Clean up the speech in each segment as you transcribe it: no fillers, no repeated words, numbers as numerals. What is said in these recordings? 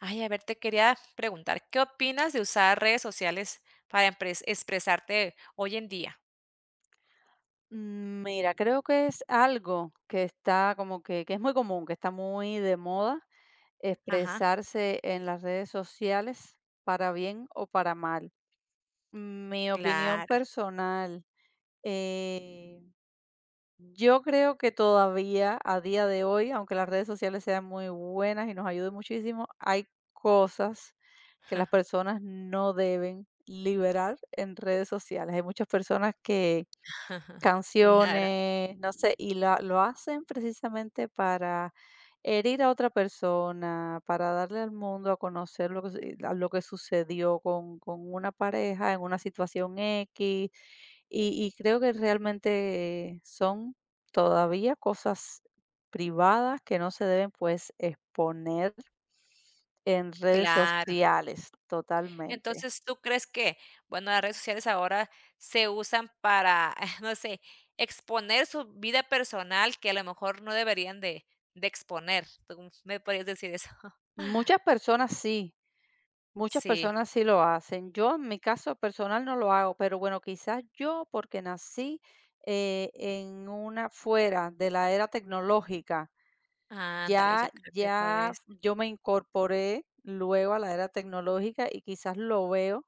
Ay, a ver, te quería preguntar, ¿qué opinas de usar redes sociales para expresarte hoy en día? Mira, creo que es algo que está como que es muy común, que está muy de moda, Ajá. expresarse en las redes sociales para bien o para mal. Mi opinión Claro, personal, eh, yo creo que todavía a día de hoy, aunque las redes sociales sean muy buenas y nos ayuden muchísimo, hay cosas que las personas no deben liberar en redes sociales. Hay muchas personas que claro, Canciones, no sé, y la lo hacen precisamente para herir a otra persona, para darle al mundo a conocer lo que su a lo que sucedió con una pareja en una situación equis, y creo que realmente son todavía cosas privadas que no se deben, pues, exponer en redes claro. sociales, totalmente. Entonces, ¿tú crees que, bueno, las redes sociales ahora se usan para, no sé, exponer su vida personal que a lo mejor no deberían de exponer? ¿Tú me podrías decir eso? Muchas personas sí. Muchas Sí, personas sí lo hacen. Yo en mi caso personal no lo hago, pero bueno, quizás yo porque nací en una fuera de la era tecnológica, ándale, yo ya, creo que ya podrías. yo me incorporé luego a la era tecnológica y quizás lo veo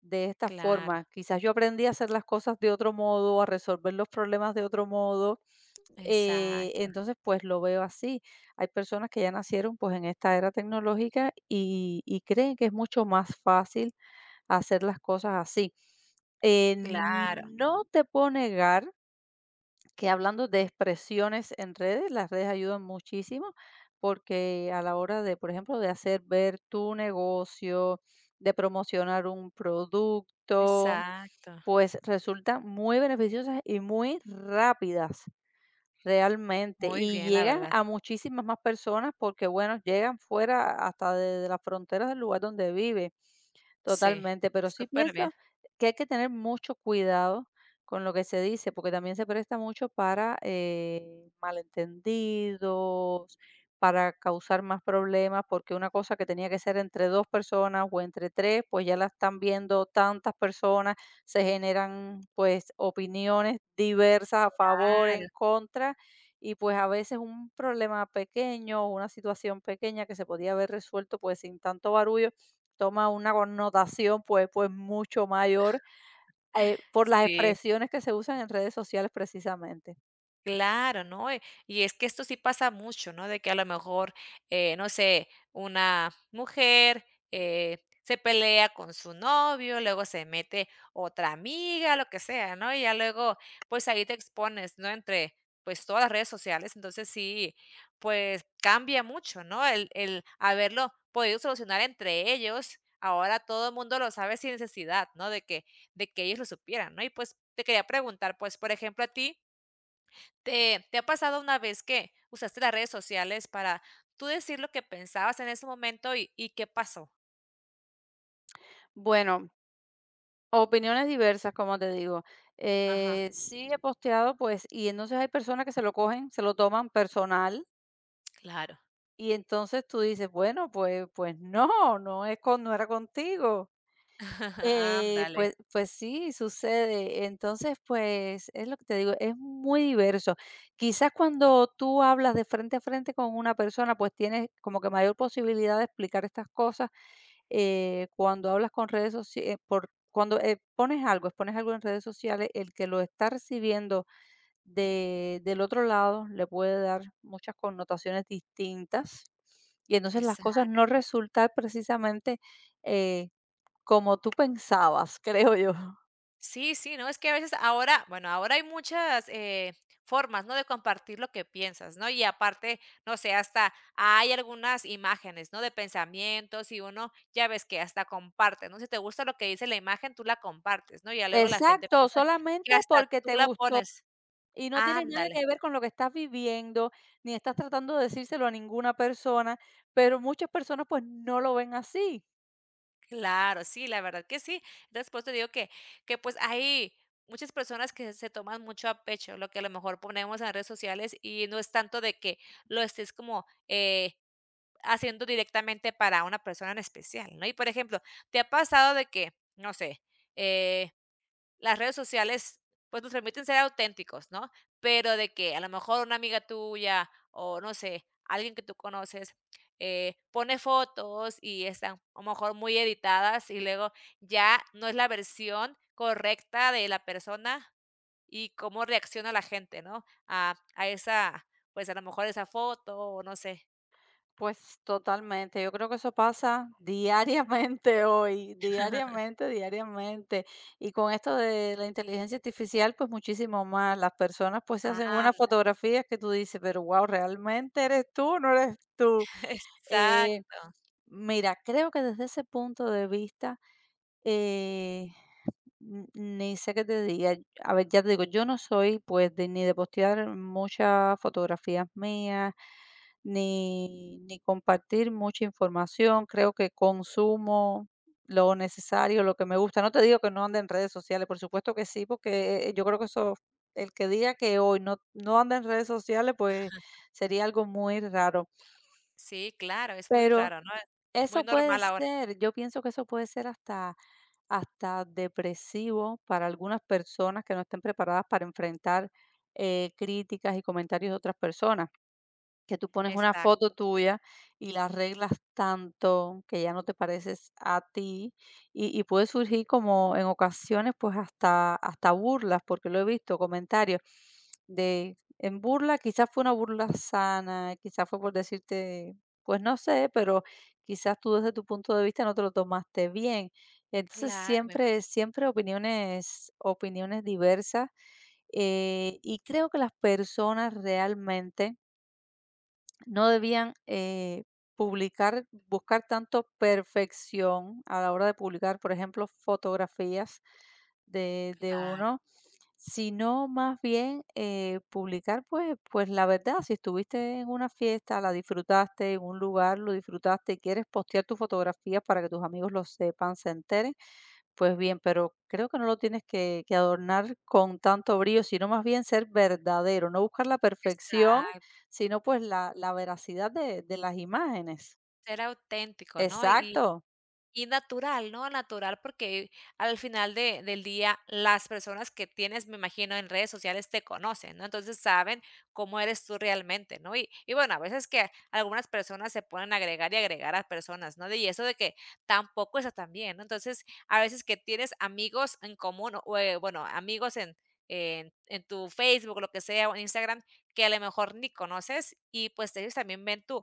de esta Claro, forma. Quizás yo aprendí a hacer las cosas de otro modo, a resolver los problemas de otro modo, exacto, entonces, pues lo veo así. Hay personas que ya nacieron pues en esta era tecnológica y creen que es mucho más fácil hacer las cosas así. Claro, No te puedo negar que hablando de expresiones en redes, las redes ayudan muchísimo porque a la hora de, por ejemplo, de hacer ver tu negocio, de promocionar un producto, exacto. pues resultan muy beneficiosas y muy rápidas. Realmente, Muy y bien, la llegan verdad. a muchísimas más personas porque, bueno, llegan fuera hasta de las fronteras del lugar donde viven. Sí, Totalmente, pero sí superbién. pienso que hay que tener mucho cuidado con lo que se dice, porque también se presta mucho para malentendidos, para causar más problemas, porque una cosa que tenía que ser entre dos personas o entre tres, pues ya la están viendo tantas personas, se generan pues opiniones diversas a favor, Claro, en contra, y pues a veces un problema pequeño, una situación pequeña que se podía haber resuelto pues sin tanto barullo toma una connotación, pues, mucho mayor, por las sí. expresiones que se usan en redes sociales precisamente. Claro, ¿no? Y es que esto sí pasa mucho, ¿no? De que a lo mejor, no sé, una mujer, se pelea con su novio, luego se mete otra amiga, lo que sea, ¿no? Y ya luego, pues, ahí te expones, ¿no? Entre, pues, todas las redes sociales. Entonces sí, pues, cambia mucho, ¿no? El haberlo podido solucionar entre ellos, ahora todo el mundo lo sabe sin necesidad, ¿no? De que ellos lo supieran, ¿no? Y, pues, te quería preguntar, pues, por ejemplo, a ti ¿Te ha pasado una vez que usaste las redes sociales para tú decir lo que pensabas en ese momento y qué pasó? Bueno, opiniones diversas, como te digo. Ajá, Sí he posteado, pues, y entonces hay personas que se lo cogen, se lo toman personal, claro. y entonces tú dices: "Bueno, pues no, no es con no era contigo". Eh, Ándale. pues pues sí, sucede. Entonces, pues, es lo que te digo, es muy diverso. Quizás cuando tú hablas de frente a frente con una persona, pues tienes como que mayor posibilidad de explicar estas cosas. Cuando hablas con redes sociales, pones algo, expones algo en redes sociales, el que lo está recibiendo de del otro lado le puede dar muchas connotaciones distintas, y entonces las cosas Exacto. no resultan precisamente, eh como tú pensabas, creo yo. Sí, sí, no, es que a veces ahora, bueno, ahora hay muchas, formas, ¿no?, de compartir lo que piensas, ¿no? Y aparte, no sé, hasta hay algunas imágenes, ¿no?, de pensamientos y uno ya ves que hasta comparte, ¿no? Si te gusta lo que dice la imagen, tú la compartes, ¿no? Y ya luego la gente Exacto, piensa que solamente hasta porque tú te la gustó pones. y no tiene nada Ándale. que ver con lo que estás viviendo, ni estás tratando de decírselo a ninguna persona, pero muchas personas, pues, no lo ven así. Claro, sí, la verdad que sí. Entonces, por te digo que, pues, hay muchas personas que se toman mucho a pecho lo que a lo mejor ponemos en redes sociales, y no es tanto de que lo estés como, haciendo directamente para una persona en especial, ¿no? Y, por ejemplo, ¿te ha pasado de que, no sé, eh las redes sociales, pues, nos permiten ser auténticos, ¿no? Pero de que a lo mejor una amiga tuya o, no sé, alguien que tú conoces, pone fotos y están a lo mejor muy editadas y luego ya no es la versión correcta de la persona y cómo reacciona la gente, ¿no? A esa, pues, a lo mejor esa foto o no sé. Pues totalmente, yo creo que eso pasa diariamente hoy, diariamente, diariamente. Y con esto de la inteligencia artificial, pues muchísimo más. Las personas pues se hacen unas Anda, fotografías que tú dices, pero wow, ¿realmente eres tú o no eres tú? Eh, exacto. Mira, creo que desde ese punto de vista, eh, ni sé qué te diga. A ver, ya te digo, yo no soy pues de, ni de postear muchas fotografías mías, ni compartir mucha información. Creo que consumo lo necesario, lo que me gusta. No te digo que no ande en redes sociales, por supuesto que sí, porque yo creo que eso, el que diga que hoy no, no anda en redes sociales, pues sería algo muy raro. Sí, claro, es muy Pero raro, ¿no? Es muy eso puede normal ahora. ser, yo pienso que eso puede ser hasta depresivo para algunas personas que no estén preparadas para enfrentar, críticas y comentarios de otras personas. Que tú pones una Exacto. foto tuya y la arreglas tanto que ya no te pareces a ti y puede surgir como en ocasiones pues hasta, burlas, porque lo he visto, comentarios de en burla, quizás fue una burla sana, quizás fue por decirte, pues no sé, pero quizás tú desde tu punto de vista no te lo tomaste bien. Entonces Claro, me siempre, imagino. siempre opiniones, opiniones diversas, y creo que las personas realmente no debían publicar, buscar tanto perfección a la hora de publicar, por ejemplo, fotografías de Claro, uno, sino más bien publicar pues, pues la verdad, si estuviste en una fiesta, la disfrutaste, en un lugar lo disfrutaste y quieres postear tus fotografías para que tus amigos lo sepan, se enteren, pues bien, pero creo que no lo tienes que adornar con tanto brillo, sino más bien ser verdadero, no buscar la perfección exacto, sino pues la la veracidad de las imágenes. ser auténtico, ¿no? Exacto. Y natural, ¿no? Natural, porque al final de del día las personas que tienes, me imagino, en redes sociales te conocen, ¿no? Entonces saben cómo eres tú realmente, ¿no? Y bueno, a veces que algunas personas se ponen a agregar y agregar a personas, ¿no? Y eso de que tampoco está tan bien, ¿no? Entonces, a veces que tienes amigos en común o, bueno, amigos en en tu Facebook, lo que sea, o en Instagram, que a lo mejor ni conoces y, pues, ellos también ven tu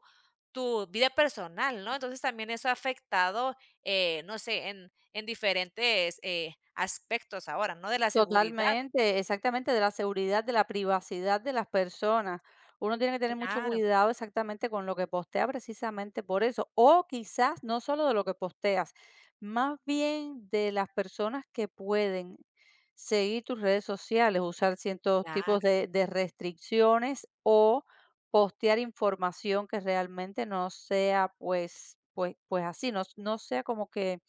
tu vida personal, ¿no? Entonces, también eso ha afectado no sé, en diferentes aspectos ahora, ¿no? De la seguridad. Totalmente, exactamente, de la seguridad, de la privacidad de las personas. Uno tiene que tener mucho Claro, cuidado exactamente con lo que postea precisamente por eso. O quizás no solo de lo que posteas, más bien de las personas que pueden seguir tus redes sociales, usar ciertos claro, tipos de restricciones o postear información que realmente no sea pues, pues, pues así, no, no sea como que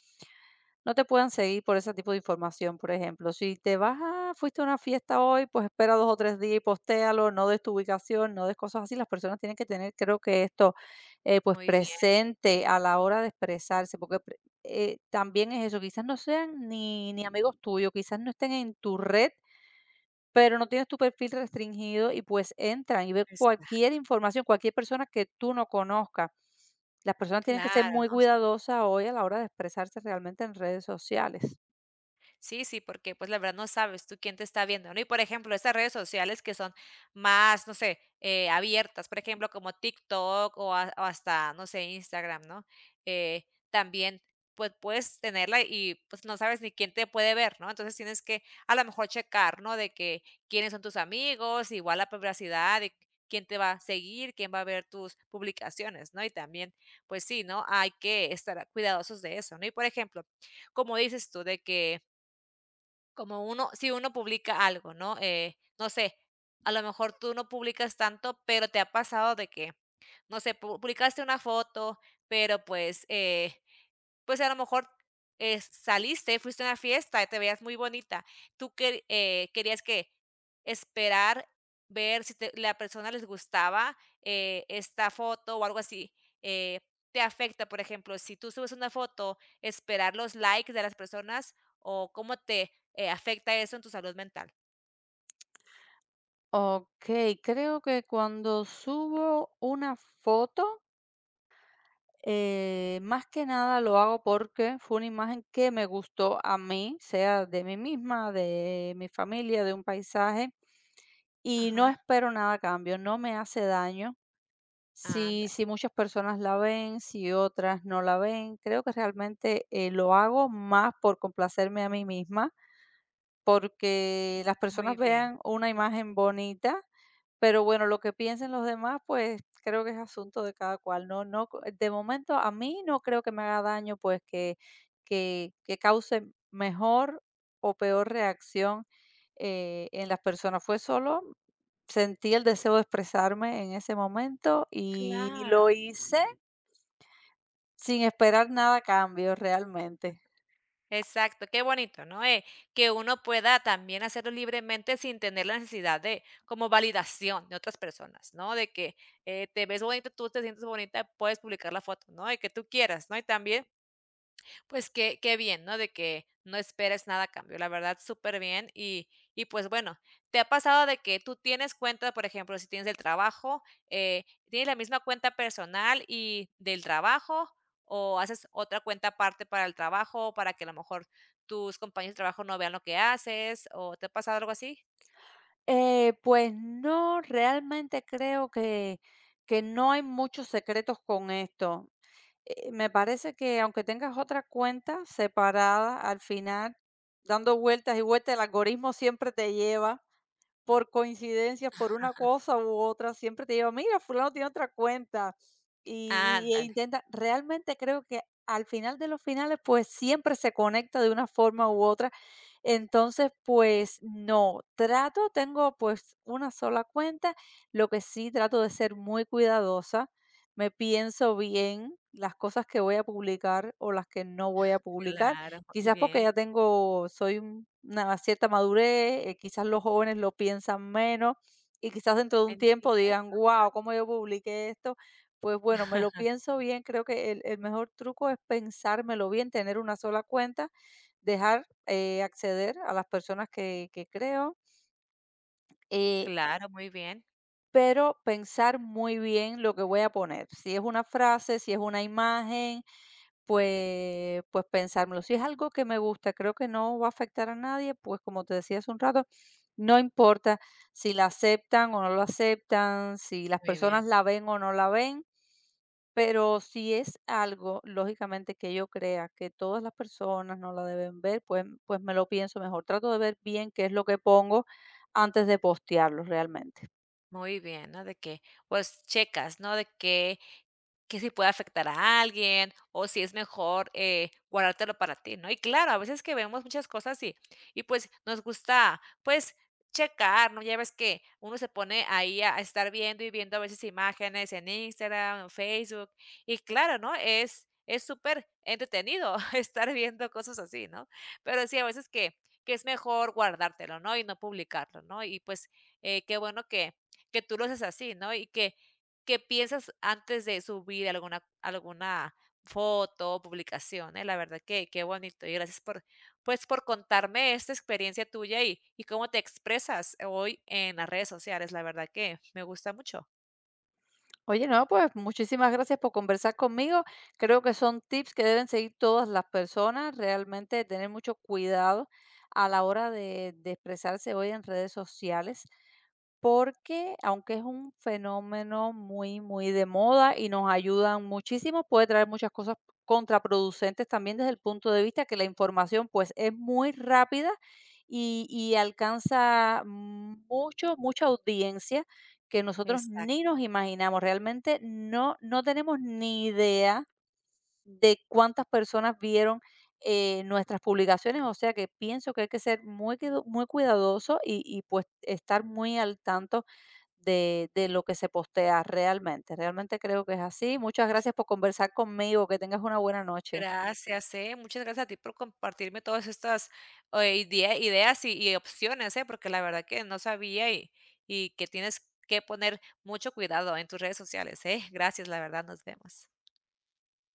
no te puedan seguir por ese tipo de información, por ejemplo. Si te vas a, fuiste a una fiesta hoy, pues espera dos o tres días y postéalo, no des tu ubicación, no des cosas así. Las personas tienen que tener, creo que esto, pues muy bien, presente a la hora de expresarse, porque también es eso, quizás no sean ni amigos tuyos, quizás no estén en tu red, pero no tienes tu perfil restringido y, pues, entran y ven está, cualquier información, cualquier persona que tú no conozcas. Las personas tienen que ser claro, muy ¿no? cuidadosas hoy a la hora de expresarse realmente en redes sociales. Sí, sí, porque pues la verdad no sabes tú quién te está viendo, ¿no? Y por ejemplo, esas redes sociales que son más, no sé, abiertas, por ejemplo, como TikTok o, o hasta, no sé, Instagram, ¿no? Eh, También pues puedes tenerla y pues no sabes ni quién te puede ver, ¿no? Entonces tienes que a lo mejor checar, ¿no? De que quiénes son tus amigos, igual la privacidad, de quién te va a seguir, quién va a ver tus publicaciones, ¿no? Y también, pues sí, ¿no? Hay que estar cuidadosos de eso, ¿no? Y por ejemplo, como dices tú, de que como uno si uno publica algo, ¿no? No sé, a lo mejor tú no publicas tanto, pero te ha pasado de que, no sé, pu publicaste una foto, pero pues, pues, a lo mejor, saliste, fuiste a una fiesta, te veías muy bonita. Tú que querías que esperar, ver si te la persona les gustaba, esta foto o algo así, eh, ¿te afecta? Por ejemplo, si tú subes una foto, esperar los likes de las personas o cómo te, afecta eso en tu salud mental. Okey, creo que cuando subo una foto, más que nada lo hago porque fue una imagen que me gustó a mí, sea de mí misma, de mi familia, de un paisaje, y no Ajá. espero nada a cambio, no me hace daño. Sí, Ándale. sí, muchas personas la ven, sí otras no la ven. Creo que realmente, lo hago más por complacerme a mí misma, porque las Muy personas bien, vean una imagen bonita, pero bueno, lo que piensen los demás, pues, creo que es asunto de cada cual. No no co De momento, a mí no creo que me haga daño, pues, que que cause mejor o peor reacción, en las personas. Fue solo Sentí el deseo de expresarme en ese momento y lo claro. hice sin esperar nada a cambio realmente. Exacto, qué bonito, ¿no? Que uno pueda también hacerlo libremente sin tener la necesidad de como validación de otras personas, ¿no? De que te ves bonita, tú te sientes bonita, puedes publicar la foto, ¿no? De que tú quieras, ¿no? Y también pues qué qué bien, ¿no? De que no esperes nada a cambio, la verdad, súper bien. Y pues bueno, ¿te ha pasado de que tú tienes cuenta, por ejemplo, si tienes el trabajo, eh, tienes la misma cuenta personal y del trabajo, o haces otra cuenta aparte para el trabajo, para que a lo mejor tus compañeros de trabajo no vean lo que haces, o te ha pasado algo así? Pues no, realmente creo que no hay muchos secretos con esto. Me parece que aunque tengas otra cuenta separada, al final, dando vueltas y vueltas, el algoritmo siempre te lleva por coincidencias, por una cosa u otra, siempre te digo, mira, fulano tiene otra cuenta y, e Ándale, intenta, realmente creo que al final de los finales, pues siempre se conecta de una forma u otra. Entonces, pues no, trato, tengo pues una sola cuenta, lo que sí trato de ser muy cuidadosa, me pienso bien las cosas que voy a publicar o las que no voy a publicar, claro, muy quizás porque bien, ya tengo, soy un- una cierta madurez, quizás los jóvenes lo piensan menos y quizás dentro de un tiempo digan, entiendo. wow, ¿cómo yo publiqué esto? Pues bueno, me lo pienso bien, creo que el mejor truco es pensármelo bien, tener una sola cuenta, dejar acceder a las personas que creo, eh, Claro, muy bien, pero pensar muy bien lo que voy a poner. Si es una frase, si es una imagen, pues, pues pensármelo. Si es algo que me gusta, creo que no va a afectar a nadie, pues como te decía hace un rato, no importa si la aceptan o no lo aceptan, si las muy bien. personas la ven o no la ven. Pero si es algo, lógicamente, que yo crea que todas las personas no la deben ver, pues, pues me lo pienso mejor. Trato de ver bien qué es lo que pongo antes de postearlo realmente. Muy bien, ¿no? De que, pues, checas, ¿no? De que si puede afectar a alguien o si es mejor, guardártelo para ti, ¿no? Y claro, a veces que vemos muchas cosas y, pues, nos gusta, pues, checar, ¿no? Ya ves que uno se pone ahí a estar viendo y viendo a veces imágenes en Instagram, en Facebook, y claro, ¿no? Es súper entretenido estar viendo cosas así, ¿no? Pero sí, a veces que es mejor guardártelo, ¿no? Y no publicarlo, ¿no? Y, pues, qué bueno que tú lo haces así, ¿no? Y que piensas antes de subir alguna foto o publicación, la verdad que qué bonito. Y gracias por, pues, por contarme esta experiencia tuya y cómo te expresas hoy en las redes sociales. La verdad que me gusta mucho. Oye, no, pues muchísimas gracias por conversar conmigo. Creo que son tips que deben seguir todas las personas. Realmente tener mucho cuidado a la hora de expresarse hoy en redes sociales. Porque, aunque es un fenómeno muy, muy de moda y nos ayudan muchísimo, puede traer muchas cosas contraproducentes también desde el punto de vista que la información, pues, es muy rápida y alcanza mucha audiencia que nosotros ni Exacto. nos imaginamos. Realmente no tenemos ni idea de cuántas personas vieron, nuestras publicaciones, o sea que pienso que hay que ser muy cuidadoso y, pues, estar muy al tanto de lo que se postea realmente. Realmente creo que es así. Muchas gracias por conversar conmigo. Que tengas una buena noche. Gracias, muchas gracias a ti por compartirme todas estas, ideas y opciones, porque la verdad que no sabía y que tienes que poner mucho cuidado en tus redes sociales, eh. Gracias, la verdad, nos vemos.